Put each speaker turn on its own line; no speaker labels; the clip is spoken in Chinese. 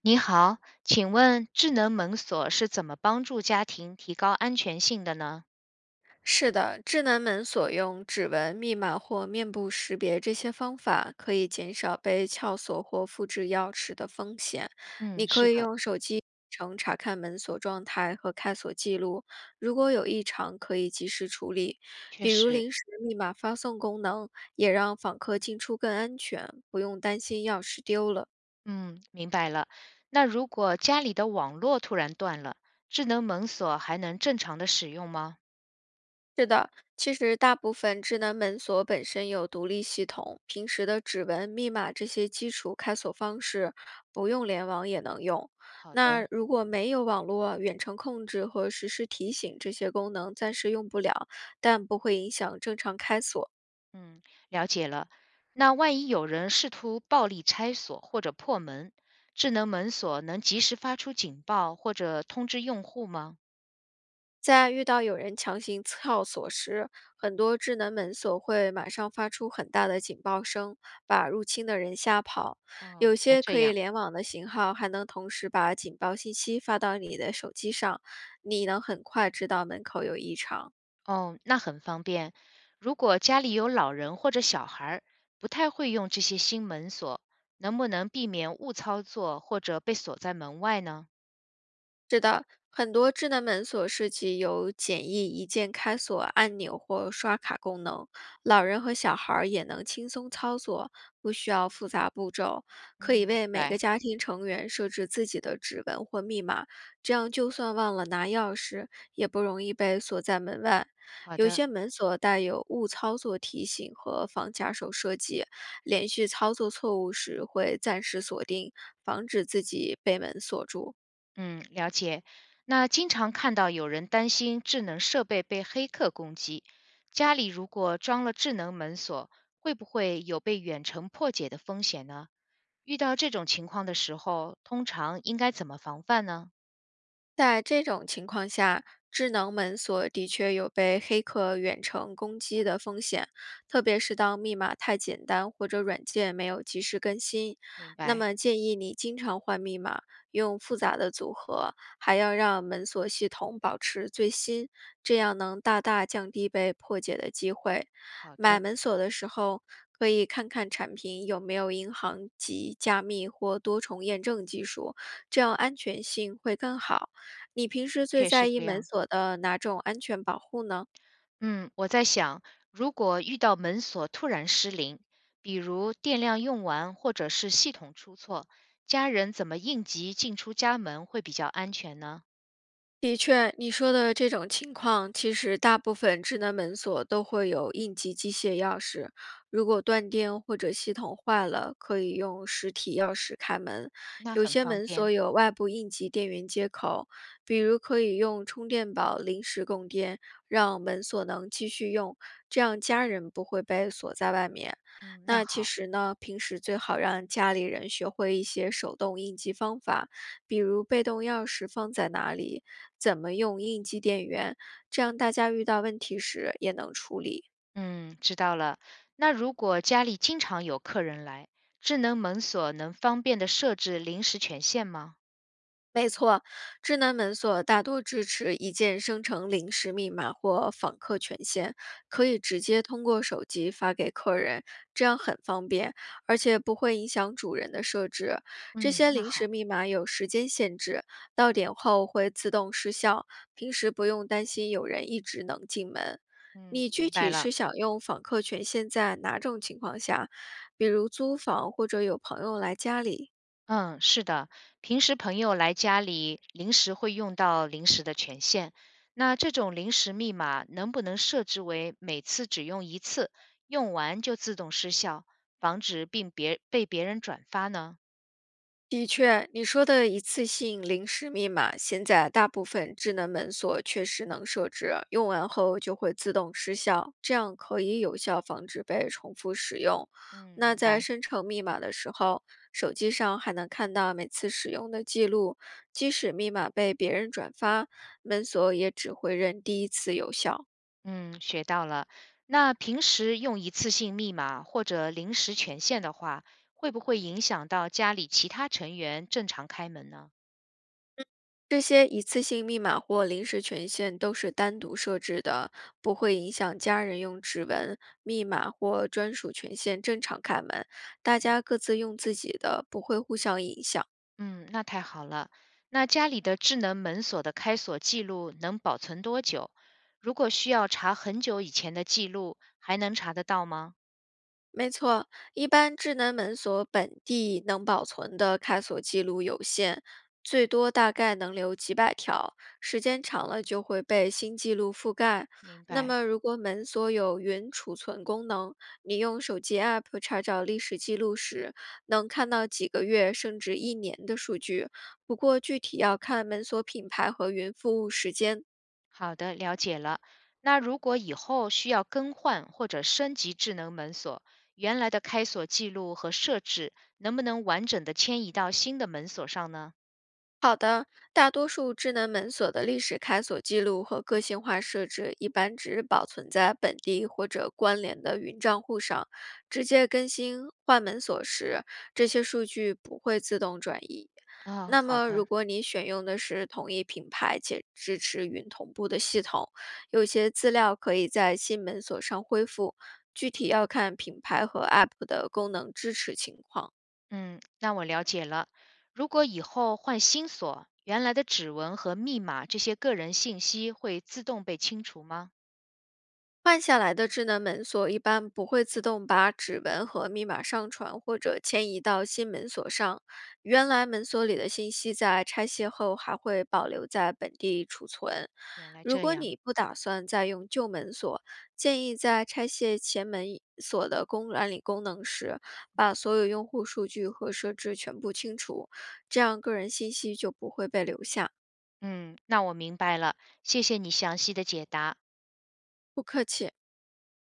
你好，请问智能门锁是怎么帮助家庭提高安全性的呢？
是的，智能门锁用指纹、密码或面部识别这些方法，可以减少被撬锁或复制钥匙的风险。
嗯，
你
是
可以
的，
用手机程查看门锁状态和开锁记录，如果有异常，可以及时处理。
确
比如
实，
临时密码发送功能，也让访客进出更安全，不用担心钥匙丢了。
嗯，明白了。那如果家里的网络突然断了，智能门锁还能正常的使用吗？
是的，其实大部分智能门锁本身有独立系统，平时的指纹、密码这些基础开锁方式不用联网也能用。
好的，
那如果没有网络、远程控制和实时提醒这些功能，暂时用不了，但不会影响正常开锁。
嗯，了解了。那万一有人试图暴力拆锁或者破门，智能门锁能及时发出警报或者通知用户吗？
在遇到有人强行撬锁时，很多智能门锁会马上发出很大的警报声，把入侵的人吓跑。
哦，
有
原来
些
这
可以
样。
联网的型号还能同时把警报信息发到你的手机上，你能很快知道门口有异常。
哦，那很方便。如果家里有老人或者小孩儿，不太会用这些新门锁，能不能避免误操作或者被锁在门外呢？
很多智能门锁设计有简易一键开锁按钮或刷卡功能，老人和小孩儿也能轻松操作，不需要复杂步骤。可以
嗯，
为每
来，
个家庭成员设置自己的指纹或密码，这样就算忘了拿钥匙，也不容易被锁在门外。
好
有
的，
些门锁带有误操作提醒和防夹手设计，连续操作错误时会暂时锁定，防止自己被门锁住。
嗯，了解。那经常看到有人担心智能设备被黑客攻击，家里如果装了智能门锁，会不会有被远程破解的风险呢？遇到这种情况的时候，通常应该怎么防范呢？
在这种情况下，智能门锁的确有被黑客远程攻击的风险，特别是当密码太简单或者软件没有及时更新。
明
那
白，
么建议你经常换密码，用复杂的组合，还要让门锁系统保持最新，这样能大大降低被破解的机会。
好
买
的，
门锁的时候，可以看看产品有没有银行级加密或多重验证技术，这样安全性会更好。你平时
的
最
确是
在意
这
门
样。
锁的哪种安全保护呢？
嗯，我在想，如果遇到门锁突然失灵，比如电量用完或者是系统出错，家人怎么应急进出家门会比较安全呢？
的确，你说的这种情况，其实大部分智能门锁都会有应急机械钥匙。如果断电或者系统坏了，可以用实体钥匙开门。
那
有
很
些
方
门
便。
锁有外部应急电源接口，比如可以用充电宝临时供电，让门锁能继续用，这样家人不会被锁在外面。
嗯，那
那其
好，
实呢，平时最好让家里人学会一些手动应急方法，比如被动钥匙放在哪里。怎么用应急电源，这样大家遇到问题时也能处理。
嗯，知道了。那如果家里经常有客人来，智能门锁能方便的设置临时权限吗？
没错，智能门锁大多支持一键生成临时密码或访客权限，可以直接通过手机发给客人，这样很方便，而且不会影响主人的设置。这
嗯，
些
那
临时
好，
密码有时间限制，到点后会自动失效，平时不用担心有人一直能进门。
嗯，
你具
明白
体
了。
是想用访客权限在哪种情况下，比如租房或者有朋友来家里？
嗯，是的，平时朋友来家里，临时会用到临时的权限。那这种临时密码能不能设置为每次只用一次，用完就自动失效，防止并别被别人转发呢？
的确，你说的一次性临时密码，现在大部分智能门锁确实能设置，用完后就会自动失效，这样可以有效防止被重复使用。
嗯，
那
明
在
白。
生成密码的时候，手机上还能看到每次使用的记录，即使密码被别人转发，门锁也只会认第一次有效。
嗯，学到了。那平时用一次性密码或者临时权限的话，会不会影响到家里其他成员正常开门呢？
这些一次性密码或临时权限都是单独设置的，不会影响家人用指纹、密码或专属权限正常开门。大家各自用自己的，不会互相影响。
嗯，那太好了。那家里的智能门锁的开锁记录能保存多久？如果需要查很久以前的记录，还能查得到吗？
没错，一般智能门锁本地能保存的开锁记录有限，最多大概能留几百条，时间长了就会被新记录覆盖。
明
那
白，
么，如果门锁有云储存功能，你用手机 App 查找历史记录时，能看到几个月甚至一年的数据。不过，具体要看门锁品牌和云服务时间。
好的，了解了。那如果以后需要更换或者升级智能门锁，原来的开锁记录和设置能不能完整的迁移到新的门锁上呢？
好的，大多数智能门锁的历史开锁记录和个性化设置一般只保存在本地或者关联的云账户上，直接更新换门锁时，这些数据不会自动转移。
啊、
那
好
么，如
的。
果你选用的是同一品牌且支持云同步的系统，有些资料可以在新门锁上恢复，具体要看品牌和 App 的功能支持情况。
嗯，那我了解了。如果以后换新锁，原来的指纹和密码这些个人信息会自动被清除吗？
换下来的智能门锁一般不会自动把指纹和密码上传或者迁移到新门锁上，原来门锁里的信息在拆卸后还会保留在本地储存。
原来
如
这
果
样。
你不打算再用旧门锁，建议在拆卸前门锁的公管理功能时，把所有用户数据和设置全部清除，这样个人信息就不会被留下。
嗯，那我明白了，谢谢你详细的解答。
不客气。